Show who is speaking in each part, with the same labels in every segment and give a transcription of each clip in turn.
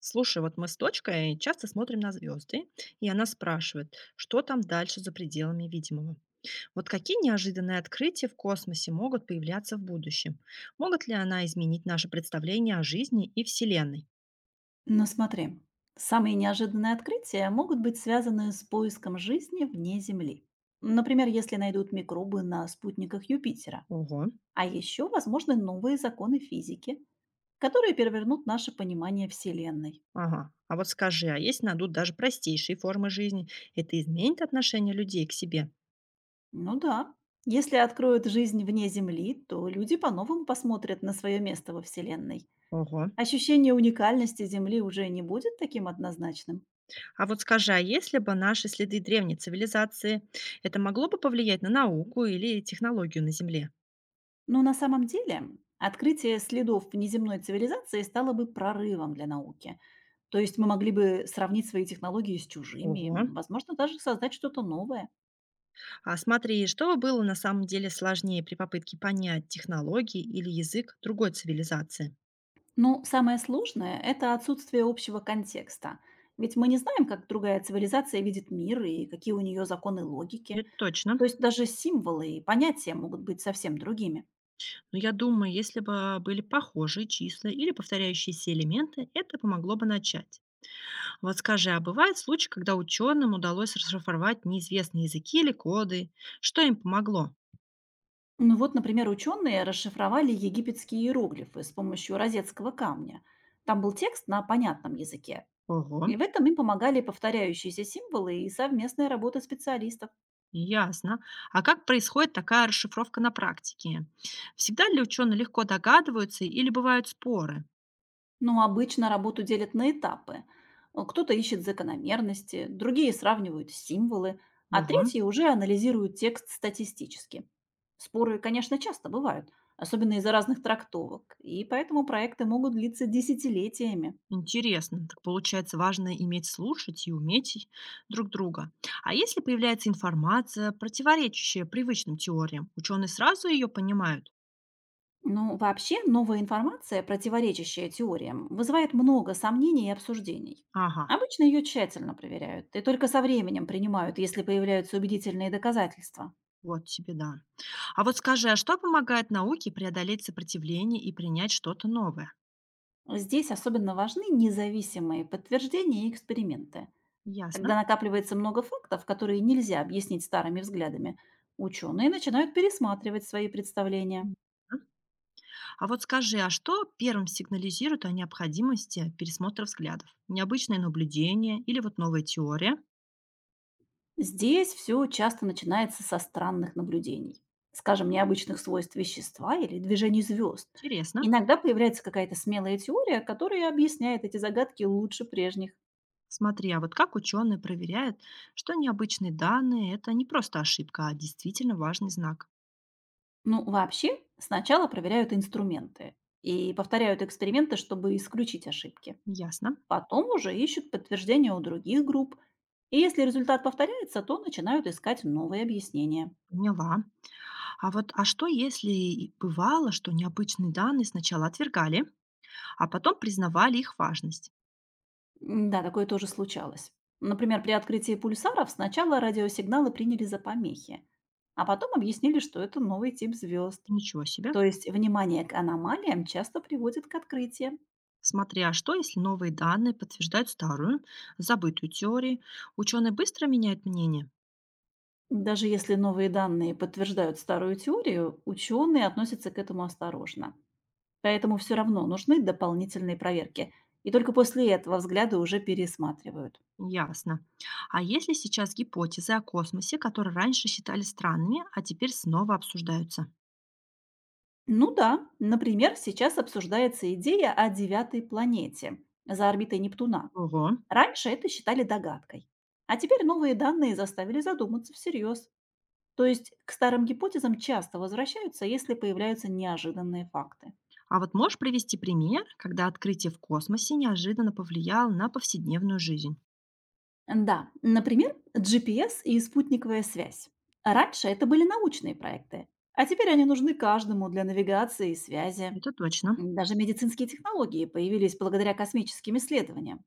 Speaker 1: Слушай, вот мы с дочкой часто смотрим на звезды, и она спрашивает, что там дальше за пределами видимого. Вот какие неожиданные открытия в космосе могут появляться в будущем? Могут ли она изменить наше представление о жизни и Вселенной?
Speaker 2: Но смотри, самые неожиданные открытия могут быть связаны с поиском жизни вне Земли. Например, если найдут микробы на спутниках Юпитера.
Speaker 1: Ого,
Speaker 2: А еще возможны новые законы физики, которые перевернут наше понимание Вселенной.
Speaker 1: ага. А вот скажи, а если найдут даже простейшие формы жизни, это изменит отношение людей к себе?
Speaker 2: Ну да, если откроют жизнь вне Земли, то люди по-новому посмотрят на свое место во Вселенной.
Speaker 1: Ого.
Speaker 2: Ощущение уникальности Земли уже не будет таким однозначным.
Speaker 1: А вот скажи, а если бы наши следы древней цивилизации, это могло бы повлиять на науку или технологию на Земле?
Speaker 2: Но на самом деле открытие следов внеземной цивилизации стало бы прорывом для науки. То есть мы могли бы сравнить свои технологии с чужими,
Speaker 1: Ого.
Speaker 2: возможно, даже создать что-то новое.
Speaker 1: А смотри, что было на самом деле сложнее при попытке понять технологии или язык другой цивилизации?
Speaker 2: Но самое сложное – это отсутствие общего контекста. Ведь мы не знаем, как другая цивилизация видит мир и какие у нее законы логики.
Speaker 1: Это
Speaker 2: То
Speaker 1: точно.
Speaker 2: есть даже символы и понятия могут быть совсем другими.
Speaker 1: Но я думаю, если бы были похожие числа или повторяющиеся элементы, это помогло бы начать. Вот скажи, а бывает случай, когда ученым удалось расшифровать неизвестные языки или коды? Что им помогло?
Speaker 2: Ну вот, например, ученые расшифровали египетские иероглифы с помощью розетского камня. Там был текст на понятном языке,
Speaker 1: Ого,
Speaker 2: и в этом им помогали повторяющиеся символы и совместная работа специалистов.
Speaker 1: ясно. А как происходит такая расшифровка на практике? Всегда ли ученые легко догадываются или бывают споры?
Speaker 2: Но обычно работу делят на этапы. Кто-то ищет закономерности, другие сравнивают символы, а
Speaker 1: Ого.
Speaker 2: третьи уже анализируют текст статистически. Споры, конечно, часто бывают, особенно из-за разных трактовок, и поэтому проекты могут длиться десятилетиями.
Speaker 1: Интересно. Так получается, важно иметь слушать и уметь друг друга. А если появляется информация, противоречащая привычным теориям, ученые сразу ее понимают?
Speaker 2: Ну, вообще, новая информация, противоречащая теориям, вызывает много сомнений и обсуждений.
Speaker 1: Ага,
Speaker 2: Обычно ее тщательно проверяют и только со временем принимают, если появляются убедительные доказательства.
Speaker 1: вот тебе да. А вот скажи, а что помогает науке преодолеть сопротивление и принять что-то новое?
Speaker 2: Здесь особенно важны независимые подтверждения и эксперименты. Когда
Speaker 1: Ясно.
Speaker 2: накапливается много фактов, которые нельзя объяснить старыми взглядами, ученые начинают пересматривать свои представления.
Speaker 1: Ясно. А вот скажи, а что первым сигнализирует о необходимости пересмотра взглядов? Необычное наблюдение или вот новая теория?
Speaker 2: Здесь все часто начинается со странных наблюдений, скажем, необычных свойств вещества или движений звезд.
Speaker 1: Интересно.
Speaker 2: Иногда появляется какая-то смелая теория, которая объясняет эти загадки лучше прежних.
Speaker 1: Смотри, а вот как ученые проверяют, что необычные данные– это не просто ошибка, а действительно важный знак?
Speaker 2: Ну, вообще, сначала проверяют инструменты и повторяют эксперименты, чтобы исключить ошибки.
Speaker 1: Ясно.
Speaker 2: Потом уже ищут подтверждения у других групп. И если результат повторяется, то начинают искать новые объяснения.
Speaker 1: Поняла. А вот, а что если и бывало, что необычные данные сначала отвергали, а потом признавали их важность?
Speaker 2: М-да, такое тоже случалось. Например, при открытии пульсаров сначала радиосигналы приняли за помехи, а потом объяснили, что это новый тип звезд.
Speaker 1: Ничего себе.
Speaker 2: То есть внимание к аномалиям часто приводит к открытиям.
Speaker 1: Смотри, а что если новые данные подтверждают старую, забытую теорию? Ученые быстро меняют мнение?
Speaker 2: Даже если новые данные подтверждают старую теорию, ученые относятся к этому осторожно. Поэтому все равно нужны дополнительные проверки. И только после этого взгляды уже пересматривают.
Speaker 1: Ясно. А если сейчас гипотезы о космосе, которые раньше считали странными, а теперь снова обсуждаются?
Speaker 2: Ну да, например, сейчас обсуждается идея о девятой планете за орбитой Нептуна.
Speaker 1: Ого.
Speaker 2: Раньше это считали догадкой, а теперь новые данные заставили задуматься всерьез. То есть к старым гипотезам часто возвращаются, если появляются неожиданные факты.
Speaker 1: А вот можешь привести пример, когда открытие в космосе неожиданно повлияло на повседневную жизнь?
Speaker 2: Да, например, GPS и спутниковая связь. Раньше это были научные проекты, а теперь они нужны каждому для навигации и связи.
Speaker 1: Это точно.
Speaker 2: Даже медицинские технологии появились благодаря космическим исследованиям.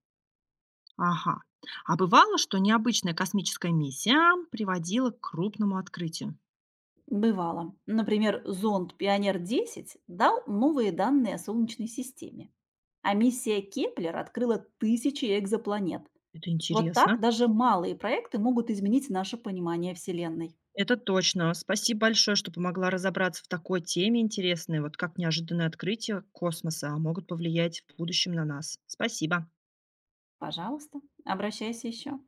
Speaker 1: Ага. А бывало, что необычная космическая миссия приводила к крупному открытию?
Speaker 2: Бывало. Например, зонд пионер-10 дал новые данные о Солнечной системе. А миссия Кеплер открыла тысячи экзопланет.
Speaker 1: Это
Speaker 2: Вот так
Speaker 1: интересно.
Speaker 2: даже малые проекты могут изменить наше понимание Вселенной.
Speaker 1: Это точно. Спасибо большое, что помогла разобраться в такой теме интересной, вот как неожиданные открытия космоса могут повлиять в будущем на нас. Спасибо.
Speaker 2: Пожалуйста, обращайся еще.